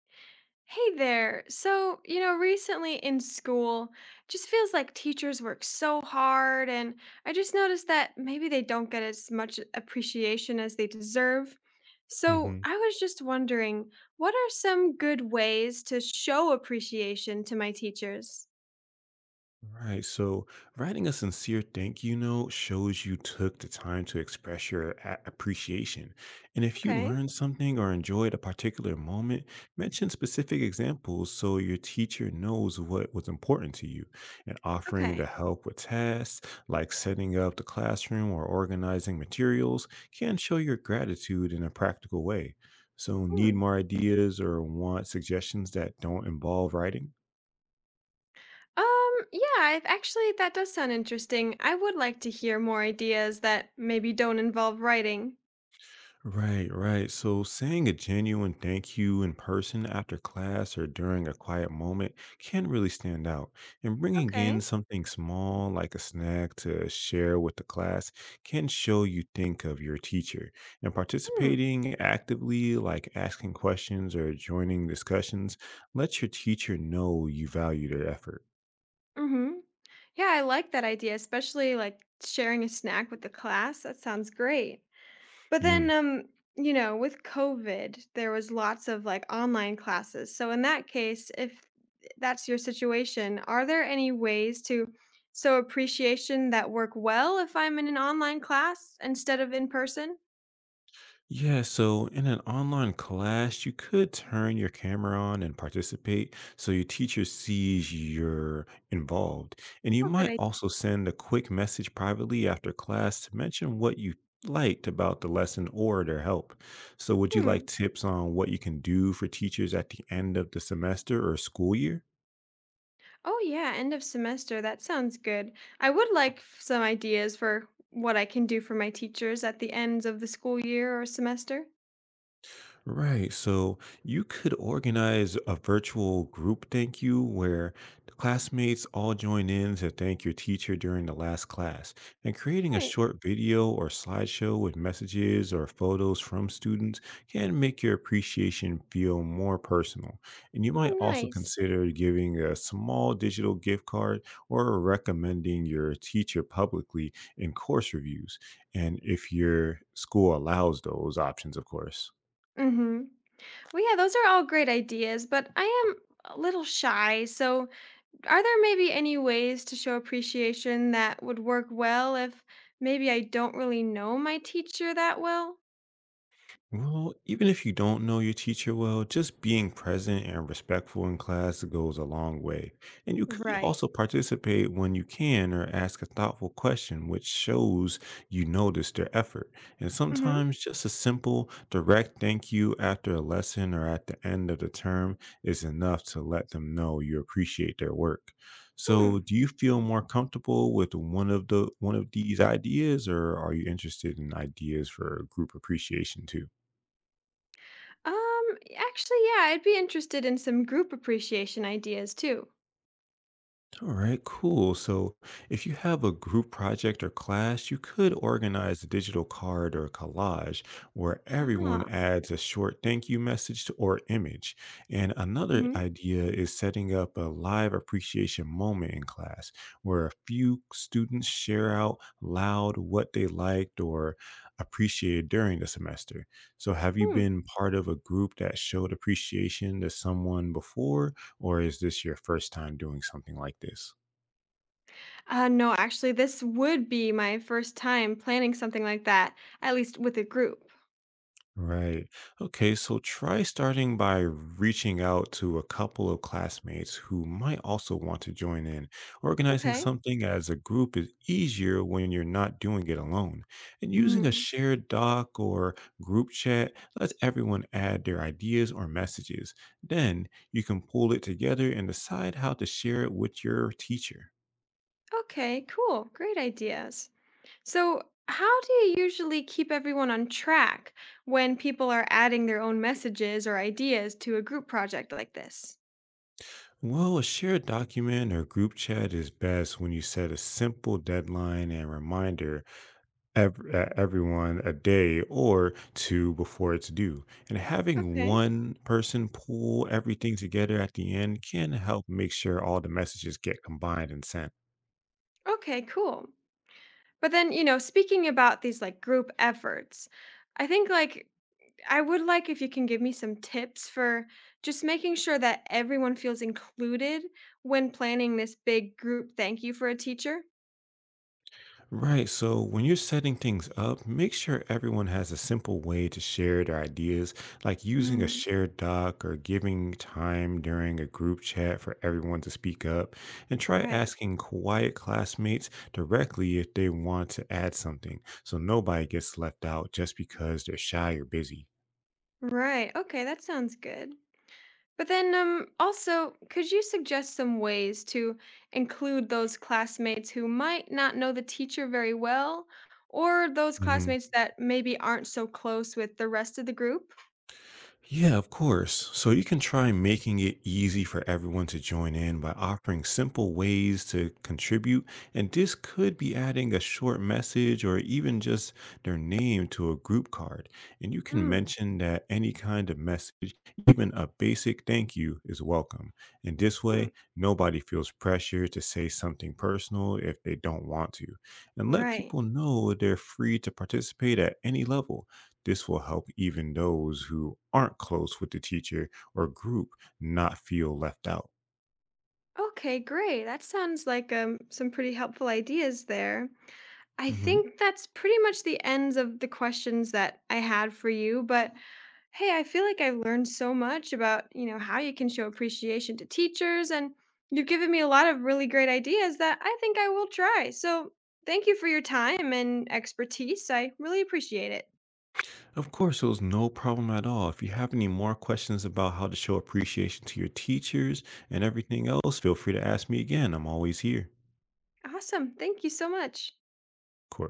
Hey there. So, recently in school, just feels like teachers work so hard, and I just noticed that maybe they don't get as much appreciation as they deserve. So, Mm-hmm. I was just wondering, what are some good ways to show appreciation to my teachers? Right. So writing a sincere thank you note shows you took the time to express your appreciation. And if you Okay. learned something or enjoyed a particular moment, mention specific examples so your teacher knows what was important to you. And offering to Okay. help with tasks like setting up the classroom or organizing materials can show your gratitude in a practical way. So, need Hmm. more ideas or want suggestions that don't involve writing? Yeah, I've actually that does sound interesting. I would like to hear more ideas that maybe don't involve writing. Right, right. So saying a genuine thank you in person after class or during a quiet moment can really stand out. And bringing Okay. in something small like a snack to share with the class can show you think of your teacher. And Hmm. participating actively, like asking questions or joining discussions, lets your teacher know you value their effort. Mhm. Yeah, I like that idea, especially like sharing a snack with the class. That sounds great. But then, Mm. um, you know, with COVID, there was lots of like online classes. So in that case, if that's your situation, are there any ways to show appreciation that work well if I'm in an online class instead of in person? Yeah, so in an online class, you could turn your camera on and participate so your teacher sees you're involved. And you Oh, good might idea. also send a quick message privately after class to mention what you liked about the lesson or their help. So, would you like Hmm. tips on what you can do for teachers at the end of the semester or school year? Oh, yeah, end of semester. That sounds good. I would like some ideas for what I can do for my teachers at the ends of the school year or semester. Right. So you could organize a virtual group thank you where the classmates all join in to thank your teacher during the last class. And creating a Great. short video or slideshow with messages or photos from students can make your appreciation feel more personal. And you might Oh, also nice. consider giving a small digital gift card or recommending your teacher publicly in course reviews. And if your school allows those options, of course. Mhm. Well, yeah, those are all great ideas, but I am a little shy. So, are there maybe any ways to show appreciation that would work well if maybe I don't really know my teacher that well? Well, even if you don't know your teacher well, just being present and respectful in class goes a long way. And you could Right. also participate when you can or ask a thoughtful question, which shows you notice their effort. And Mhm. sometimes just a simple, direct thank you after a lesson or at the end of the term is enough to let them know you appreciate their work. Hmm. So, do you feel more comfortable with one of these ideas, or are you interested in ideas for group appreciation too? Actually, yeah, I'd be interested in some group appreciation ideas too. All right, cool. So if you have a group project or class, you could organize a digital card or collage where everyone Ah. adds a short thank you message or image. And another Mhm. idea is setting up a live appreciation moment in class where a few students share out loud what they liked or appreciated during the semester. So have you Hmm. been part of a group that showed appreciation to someone before? Or is this your first time doing something like this? No, actually, this would be my first time planning something like that, at least with a group. Right. Okay, so try starting by reaching out to a couple of classmates who might also want to join in. Organizing Okay. something as a group is easier when you're not doing it alone. And using a Mhm. shared doc or group chat lets everyone add their ideas or messages. Then you can pull it together and decide how to share it with your teacher. Okay, cool. Great ideas. So, how do you usually keep everyone on track when people are adding their own messages or ideas to a group project like this? Well, a shared document or group chat is best when you set a simple deadline and reminder everyone a day or two before it's due. And having Okay. one person pull everything together at the end can help make sure all the messages get combined and sent. Okay, cool. But then, speaking about these like group efforts, I think like I would like if you can give me some tips for just making sure that everyone feels included when planning this big group thank you for a teacher. Right. So when you're setting things up, make sure everyone has a simple way to share their ideas, like using a Mm, shared doc or giving time during a group chat for everyone to speak up. And try right. asking quiet classmates directly if they want to add something so nobody gets left out just because they're shy or busy. Right. Okay, that sounds good. But then, also, could you suggest some ways to include those classmates who might not know the teacher very well, or those classmates that maybe aren't so close with the rest of the group? Yeah, of course. So you can try making it easy for everyone to join in by offering simple ways to contribute. And this could be adding a short message or even just their name to a group card. And you can Mm, mention that any kind of message, even a basic thank you, is welcome. And this hmm, way, nobody feels pressure to say something personal if they don't want to. And let right. people know they're free to participate at any level. This will help even those who aren't close with the teacher or group not feel left out. Okay, great. That sounds like some pretty helpful ideas there. I Hmm. think that's pretty much the ends of the questions that I had for you, but hey, I feel like I have learned so much about, how you can show appreciation to teachers and you've given me a lot of really great ideas that I think I will try. So, thank you for your time and expertise. I really appreciate it. Of course, it was no problem at all. If you have any more questions about how to show appreciation to your teachers and everything else, feel free to ask me again. I'm always here. Awesome. Thank you so much. Of course,